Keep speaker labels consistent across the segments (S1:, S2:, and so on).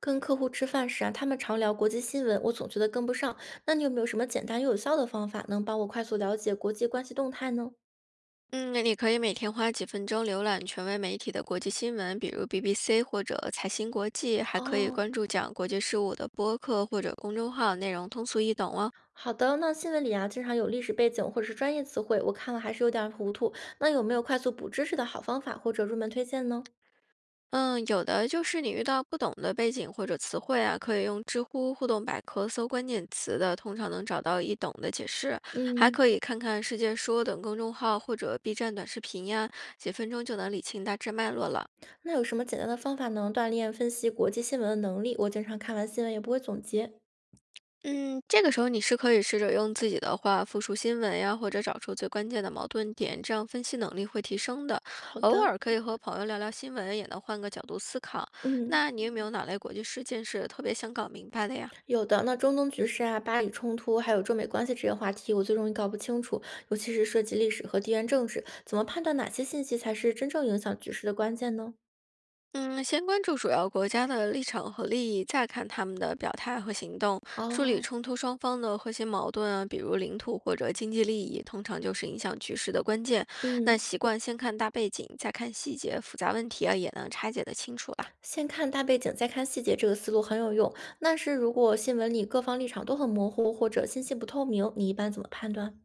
S1: 跟客户吃饭时啊，他们常聊国际新闻，我总觉得跟不上。那你有没有什么简单又有效的方法，能帮我快速了解国际关系动态呢？
S2: 嗯，你可以每天花几分钟浏览权威媒体的国际新闻，比如 BBC 或者财新国际，还可以
S1: 哦，
S2: 关注讲国际事务的播客或者公众号，内容通俗易懂哦。
S1: 好的。那新闻里啊，经常有历史背景或者是专业词汇，我看了还是有点儿糊涂。那有没有快速补知识的好方法或者入门推荐呢？
S2: 嗯，有的就是你遇到不懂的背景或者词汇啊，可以用知乎互动百科搜关键词的，通常能找到易懂的解释。还
S1: 嗯。
S2: 可以看看世界说等公众号或者 B 站短视频呀，几分钟就能理清大致脉络了。
S1: 那有什么简单的方法能锻炼分析国际新闻的能力？我经常看完新闻也不会总结。
S2: 嗯，这个时候你是可以试着用自己的话复述新闻呀，或者找出最关键的矛盾点，这样分析能力会提升的。
S1: 好
S2: 偶
S1: 的。
S2: 尔可以和朋友聊聊新闻，也能换个角度思考。
S1: 嗯。
S2: 那你有没有哪类国际事件是特别想搞明白的呀？
S1: 有的，那中东局势啊、巴以冲突，还有中美关系这些话题，我最容易搞不清楚，尤其是涉及历史和地缘政治，怎么判断哪些信息才是真正影响局势的关键呢？
S2: 嗯，先关注主要国家的立场和利益，再看他们的表态和行动，梳理
S1: 哦。
S2: 冲突双方的核心矛盾啊，比如领土或者经济利益，通常就是影响局势的关键。那
S1: 嗯。
S2: 习惯先看大背景，再看细节，复杂问题啊也能拆解的清楚了。
S1: 先看大背景，再看细节，这个思路很有用。但是如果新闻里各方立场都很模糊，或者信息不透明，你一般怎么判断？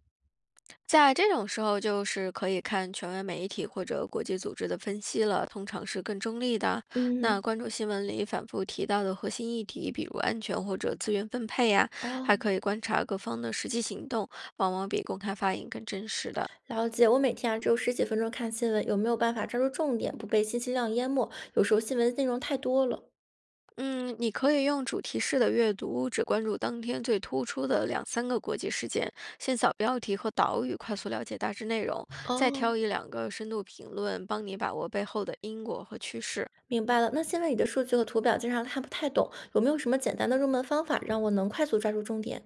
S2: 在这种时候，就是可以看权威媒体或者国际组织的分析了，通常是更中立的。
S1: 嗯。
S2: 那关注新闻里反复提到的核心议题，比如安全或者资源分配呀、还
S1: 哦。
S2: 可以观察各方的实际行动，往往比公开发言更真实的。
S1: 了解。我每天啊只有十几分钟看新闻，有没有办法抓住重点，不被信息量淹没？有时候新闻内容太多了。
S2: 嗯，你可以用主题式的阅读，只关注当天最突出的两三个国际事件，先扫标题和导语，快速了解大致内容，再
S1: 哦。
S2: 挑一两个深度评论，帮你把握背后的因果和趋势。
S1: 明白了，那现在你的数据和图表经常看不太懂，有没有什么简单的入门方法，让我能快速抓住重点？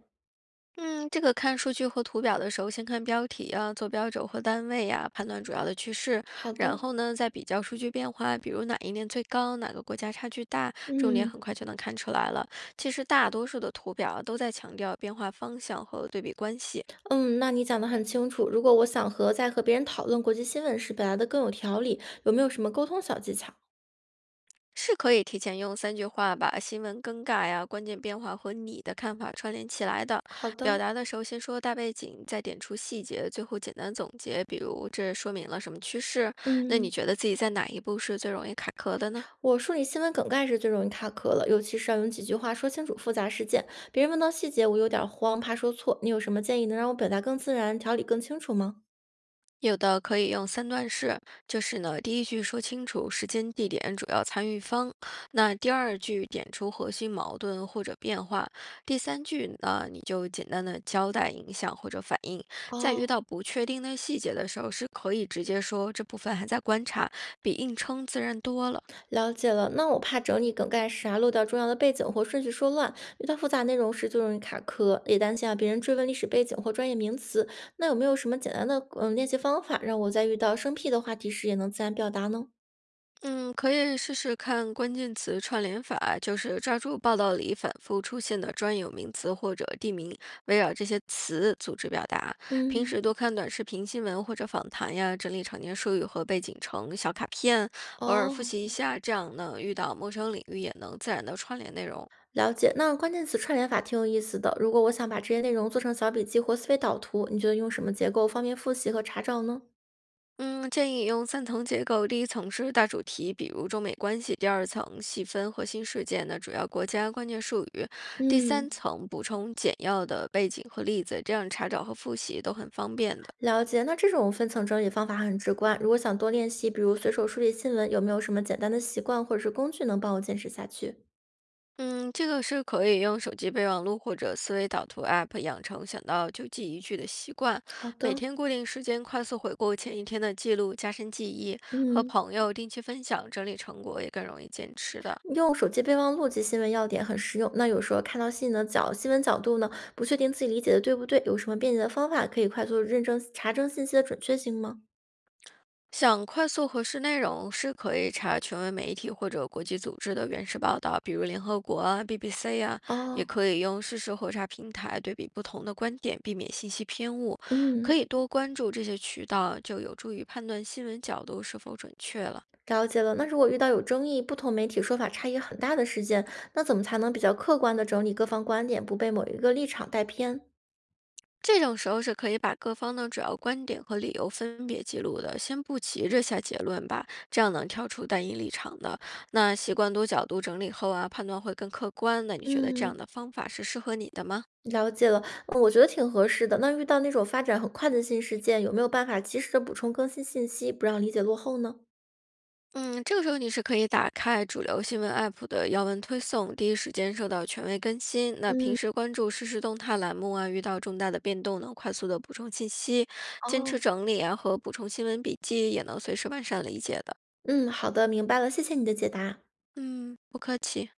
S2: 嗯，这个看数据和图表的时候，先看标题啊、坐标轴和单位呀，判断主要的趋势，
S1: 好
S2: 然
S1: 的。
S2: 后呢，再比较数据变化，比如哪一年最高，哪个国家差距大，重点很
S1: 嗯。
S2: 快就能看出来了。其实大多数的图表啊都在强调变化方向和对比关系。
S1: 嗯，那你讲得很清楚。如果我想和在和别人讨论国际新闻时表达的更有条理，有没有什么沟通小技巧？
S2: 是可以提前用三句话把新闻更改啊、关键变化和你的看法串联起来的。
S1: 好的。
S2: 表达的时候先说大背景，再点出细节，最后简单总结。比如这说明了什么趋势？那你
S1: 嗯，
S2: 觉得自己在哪一步是最容易卡壳的呢？
S1: 我梳理新闻梗概时最容易卡壳了，尤其是要用几句话说清楚复杂事件，别人问到细节，我有点慌，怕说错。你有什么建议能让我表达更自然，条理更清楚吗？
S2: 有的可以用三段式，就是呢，第一句说清楚时间、地点、主要参与方，那第二句点出核心矛盾或者变化，第三句呢，你就简单的交代影响或者反应。在遇
S1: 哦。
S2: 到不确定的细节的时候，是可以直接说这部分还在观察，比硬撑自然多了。
S1: 了解了，那我怕整理梗概时啊漏掉重要的背景或顺序说乱，遇到复杂内容时就容易卡壳，也担心啊别人追问历史背景或专业名词。那有没有什么简单的练习方法，让我在遇到生僻的话题时也能自然表达呢？
S2: 嗯，可以试试看关键词串联法，就是抓住报道里反复出现的专有名词或者地名，围绕这些词组织表达。平
S1: 嗯。
S2: 时多看短视频、新闻或者访谈呀，整理常见术语和背景成小卡片，偶尔复
S1: 哦。
S2: 习一下，这样呢，遇到陌生领域也能自然的串联内容。
S1: 了解。那关键词串联法挺有意思的。如果我想把这些内容做成小笔记或思维导图，你觉得用什么结构方便复习和查找呢？
S2: 嗯，建议用三层结构，第一层是大主题，比如中美关系；第二层细分核心事件的主要国家关键术语；第
S1: 嗯。
S2: 三层补充简要的背景和例子，这样查找和复习都很方便的。
S1: 了解，那这种分层整理方法很直观。如果想多练习，比如随手梳理新闻，有没有什么简单的习惯或者是工具能帮我坚持下去？
S2: 嗯，这个是可以用手机备忘录或者思维导图 App 养成想到就记一句的习惯，
S1: 好
S2: 每
S1: 的。
S2: 天固定时间快速回顾前一天的记录，加深记忆，和
S1: 嗯。
S2: 朋友定期分享，整理成果也更容易坚持的。
S1: 用手机备忘录记新闻要点很实用。那有时候看到新闻的角新闻角度呢，不确定自己理解的对不对，有什么便捷的方法可以快速认证查证信息的准确性吗？
S2: 想快速核实内容，是可以查权威媒体或者国际组织的原始报道，比如联合国啊、BBC 啊，也
S1: 哦。
S2: 可以用事实核查平台对比不同的观点，避免信息偏误。可
S1: 嗯。
S2: 以多关注这些渠道，就有助于判断新闻角度是否准确了。
S1: 了解了。那如果遇到有争议、不同媒体说法差异很大的事件，那怎么才能比较客观的整理各方观点，不被某一个立场带偏？
S2: 这种时候是可以把各方的主要观点和理由分别记录的，先不急着下结论吧，这样能跳出单一立场的。那习惯多角度整理后啊，判断会更客观。那你觉得这
S1: 嗯。
S2: 样的方法是适合你的吗？
S1: 了解了，我觉得挺合适的。那遇到那种发展很快的新事件，有没有办法及时的补充更新信息，不让理解落后呢？
S2: 嗯，这个时候你是可以打开主流新闻 app 的要闻推送，第一时间收到权威更新。那
S1: 嗯。
S2: 平时关注实时动态栏目啊，遇到重大的变动能快速的补充信息，坚持
S1: 哦。
S2: 整理啊和补充新闻笔记，也能随时完善理解的。
S1: 嗯，好的，明白了，谢谢你的解答。
S2: 嗯，不客气。